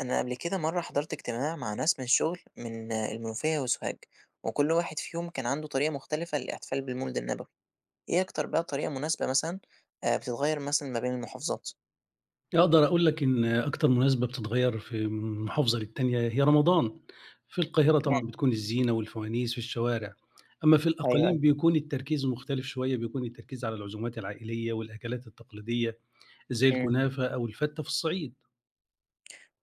أنا قبل كده مرة حضرت اجتماع مع ناس من الشغل من المنوفية وسوهاج، وكل واحد فيهم كان عنده طريقة مختلفة للاحتفال بالمولد النبوي، إيه أكتر بقى طريقة مناسبة مثلا بتتغير مثلا ما بين المحافظات؟ أقدر أقول لك إن أكتر مناسبة بتتغيّر في من محافظة للتانية هي رمضان. في القاهرة طبعًا امم. بتكون الزينة والفوانيس في الشوارع، أمّا في أيوه أيوه. الأقاليم بيكون التركيز مختلف شوية، بيكون التركيز على العزومات العائلية والأكلات التقليدية زي امم. الكنافة أو الفتة في الصعيد.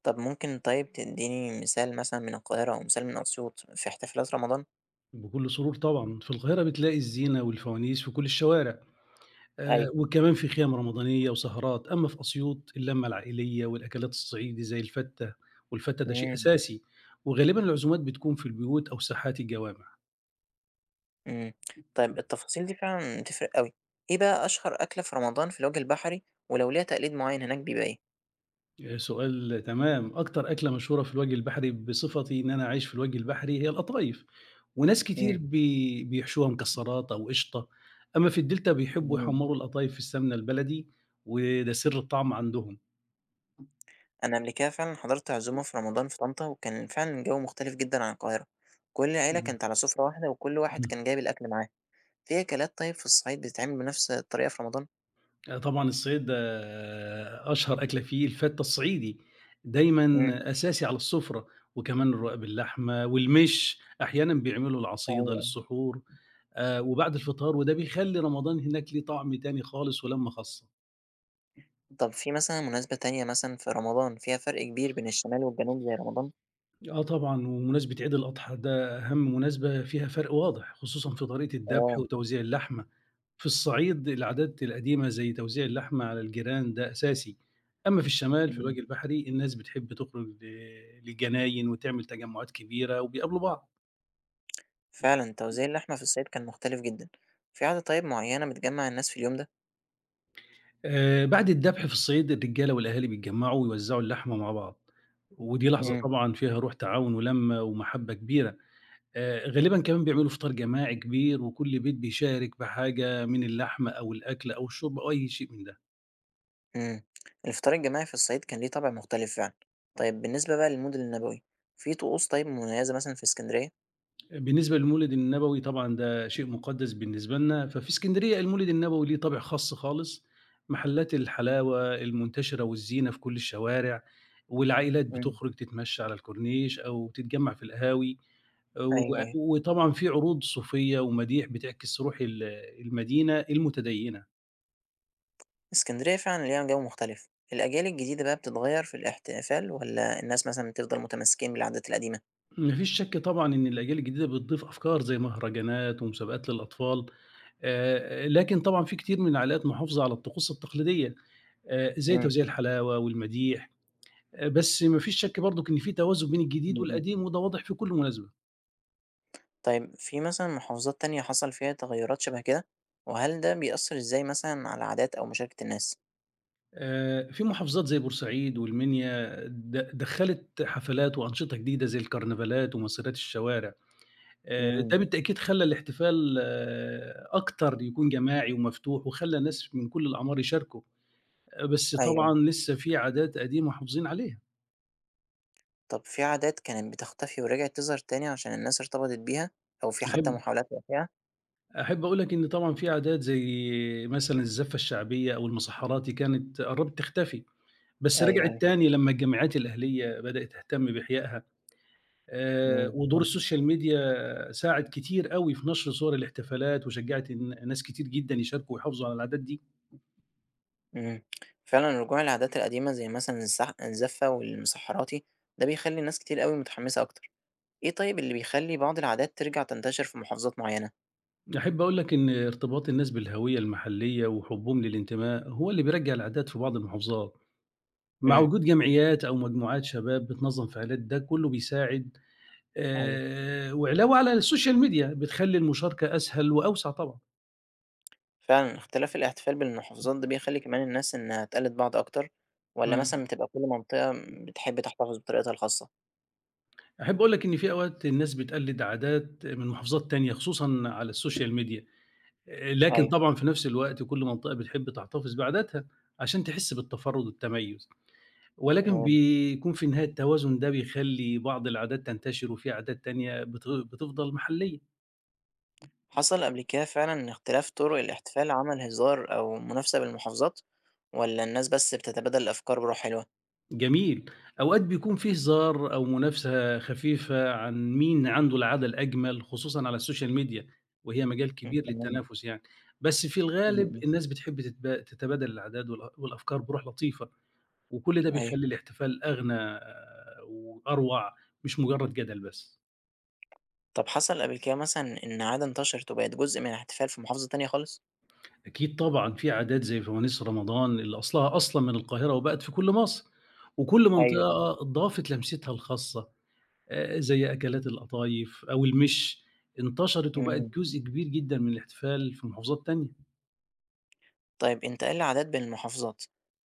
طب ممكن طيب تديني مثال مثلا من القاهرة أو مثال من أسيوط في احتفالات رمضان؟ بكل سرور طبعًا. في القاهرة بتلاقي الزينة والفوانيس في كل الشوارع. أيوه. وكمان في خيام رمضانية وسهرات، أمّا في أسيوط اللمة العائلية والأكلات الصعيدي زي الفتّة، والفتّة ده شيء امم. أساسي، وغالبًا العزومات بتكون في البيوت أو ساحات الجوامع. امم. طيب التفاصيل دي فعلا بتفرق أوي، إيه بقى أشهر أكلة في رمضان في الوجه البحري ولو ليها تقليد معين هناك بيبقى إيه؟ سؤال تمام، أكتر أكلة مشهورة في الوجه البحري بصفتي إن أنا عايش في الوجه البحري هي القطايف، وناس كتير بيحشوها مكسرات أو قشطة، أمّا في الدلتا بيحبّوا امم. يحمّروا القطايف في السمنة البلدي وده سر الطعم عندهم. أنا قبل كده فعلًا حضرت عزومة في رمضان في طنطا، وكان فعلًا الجو مختلف جدًا عن القاهرة، كل العيلة إمم، كانت على سفرة واحدة وكل واحد إمم. كان جايب الأكل معاه، في أكلات طيب في الصعيد بتتعمل بنفس الطريقة في رمضان؟ طبعًا الصعيد ده أشهر أكلة فيه الفتّة الصعيدي، إمم، دايمًا أساسي على السفرة، وكمان الرقاق باللحمة والمِش، أحيانًا بيعملوا العصيدة أيوه. للسحور وبعد الفطار، وده بيخلّي رمضان هناك ليه طعم تاني خالص ولمّة خاصة. طب في مثلًا مناسبة تانية مثلًا في رمضان فيها فرق كبير بين الشمال والجنوب زي رمضان؟ آه طبعًا، ومناسبة عيد الأضحى ده أهم مناسبة فيها فرق واضح، خصوصًا في طريقة الدَبح آه، وتوزيع اللحمة. في الصعيد العادات القديمة زي توزيع اللحمة على الجيران ده أساسي، أما في الشمال في إمم. الوادي البحري الناس بتحب تخرج للجناين وتعمل تجمعات كبيرة وبيقابلوا بعض. فعلًا توزيع اللحمة في الصعيد كان مختلف جدًا، في عادة طيب معينة بتجمع الناس في اليوم ده؟ آه، بعد الذبح في الصعيد الرجالة والأهالي بيتجمعوا ويوزعوا اللحمة مع بعض ودي لحظة إمم. طبعا فيها روح تعاون ولمة ومحبة كبيرة. آه، غالبا كمان بيعملوا فطار جماعي كبير وكل بيت بيشارك بحاجة من اللحمة أو الأكل أو الشرب أو أي شيء من ده. إمم، الفطار الجماعي في الصعيد كان ليه طابع مختلف فعلًا، طيب بالنسبة بقى للمود النبوي، في طقوس طيب مميزة مثلًا في إسكندرية؟ بالنسبة للمولد النبوي طبعًا ده شيء مُقدّس بالنسبة لنا، ففي إسكندرية المولد النبوي ليه طابع خاص خالص، محلات الحلاوة المنتشرة والزينة في كل الشوارع، والعائلات إمم. بتخرج تتمشى على الكورنيش أو تتجمّع في القهاوي، و أيوه، أيوه. وطبعًا في عروض صوفية ومديح بتعكس روح المدينة المتدينة. إسكندرية فعلًا ليها جو مختلف. الأجيال الجديدة بقى بتتغيّر في الاحتفال والّا الناس مثلًا بتفضل متمسكين بالعادات القديمة؟ ما فيش شك طبعًا إن الأجيال الجديدة بتضيف أفكار زي مهرجانات ومسابقات للأطفال، لكن طبعًا في كتير من العائلات محافظة على الطقوس التقليدية، زي إمم، توزيع الحلاوة والمديح، بس ما فيش شك برضك إن في توازن بين إمم، الجديد إمم. والقديم وده واضح في كل مناسبة. طيب في مثلًا محافظات تانية حصل فيها تغيّرات شبه كده؟ وهل ده بيأثّر إزاي مثلًا على عادات أو مشاركة الناس؟ في محافظات زي بورسعيد والمنيا دخّلت حفلات وأنشطة جديدة زي الكرنفالات ومسيرات الشوارع، ده إمم، بالتأكيد خلّى الاحتفال أكتر يكون جماعي ومفتوح وخلّى ناس من كل الأعمار يشاركوا. بس أيوه. طبعًا لسه في عادات قديمة محافظين عليها. طب في عادات كانت بتختفي ورجعت تظهر تاني عشان الناس ارتبطت بيها أو في حتى أحب محاولات لإحيائها؟ أحب أقول لك إن طبعًا في عادات زي مثلًا الزفة الشعبية أو المُسحّراتي كانت قرّبت تختفي، بس أيوه، رجعت أيوه. تاني لمّا الجمعيات الأهلية بدأت تهتم بإحيائها، إمم. ودور السوشيال ميديا ساعد كتير أوي في نشر صور الاحتفالات وشجّعت ناس كتير جدًا يشاركوا ويحافظوا على العادات دي. إمم، فعلًا رجوع العادات القديمة زي مثلًا الزح الزفة والمسحّراتي، ده بيخلّي ناس كتير أوي متحمسة أكتر، إيه طيب اللي بيخلّي بعض العادات ترجع تنتشر في محافظات معينة؟ أحب أقول لك إن ارتباط الناس بالهوية المحلية وحُبّهم للانتماء هو اللي بيرجّع العادات في بعض المحافظات. مع إمم، وجود جمعيات أو مجموعات شباب بتنظم فعاليات ده كله بيساعد. أيوه، وعلاوة على السوشيال ميديا بتخلّي المشاركة أسهل وأوسع طبعًا. فعلًا اختلاف الاحتفال بين المحافظات ده بيخلّي كمان الناس إنها تقلد بعض أكتر، والّا مثلًا تمام، بتبقى كل منطقة بتحب تحتفظ بطريقتها الخاصة؟ أحب أقول لك إن في أوقات الناس بتقلد عادات من محافظات تانية خصوصًا على السوشيال ميديا، لكن أيوه، طبعًا في نفس الوقت كل منطقة بتحب تحتفظ بعاداتها عشان تحس بالتفرد والتميز، ولكن تمام، بيكون في النهاية التوازن ده بيخلّي بعض العادات تنتشر وفي عادات تانية بتفضل محلية. حصل قبل كده فعلًا إن اختلاف طرق الاحتفال عمل هزار أو منافسة بين المحافظات، والّا الناس بس بتتبادل الأفكار بروح حلوة؟ جميل. أوقات بيكون في هزار أو منافسة خفيفة عن مين عنده العادة الأجمل خصوصًا على السوشيال ميديا، وهي مجال إمم، كبير تمام، للتنافس يعني، بس في إمم، الغالب إمم، الناس بتحب تتبادل العادات والأفكار بروح لطيفة، وكل ده أيوه. بيخلّي الاحتفال أغنى وأروع. مش مجرد جدل بس. طب حصل قبل كده مثلًا إن عادة انتشرت وبقت جزء من الاحتفال في محافظة تانية خالص؟ أكيد طبعًا في عادات زي فوانيس رمضان اللي أصلها أصلًا من القاهرة وبقت في كل مصر، وكل أيوه، آه. منطقة ضافت لمستها الخاصة. زي أكلات القطايف أو المِش، انتشرت وبقت إمم، جزء كبير جدًا من الاحتفال في محافظات تانية. طيب انتقال العادات بين المحافظات،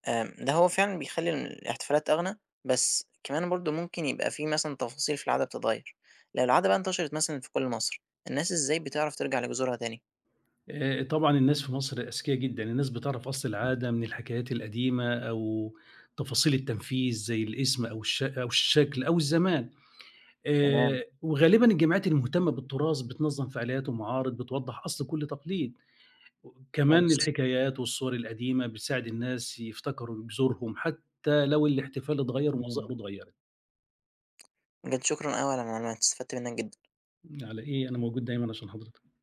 ده هو فعلًا بيخلّي الاحتفالات أغنى، بس كمان برضه ممكن يبقى في مثلًا تفاصيل في العادة بتتغيّر، لو العادة بقى انتشرت مثلًا في كل مصر، الناس إزاي بتعرف ترجع لجذورها تاني؟ طبعًا الناس في مصر أذكيا جدًا، الناس بتعرف أصل العادة من الحكايات القديمة أو تفاصيل التنفيذ زي الاسم أو أو الشكل أو الزمان. تمام، وغالبًا الجمعيات المهتمة بالتراث بتنظم فعاليات ومعارض بتوضّح أصل كل تقليد. كمان كويس. الحكايات والصور القديمة بتساعد الناس يفتكروا جذورهم حتى لو الاحتفال اتغيّر إمم. ومظاهره اتغيّرت. بجد شكرًا أوي على المعلومات، استفدت منّك جدًا. على إيه، أنا موجود دايمًا عشان حضرتك.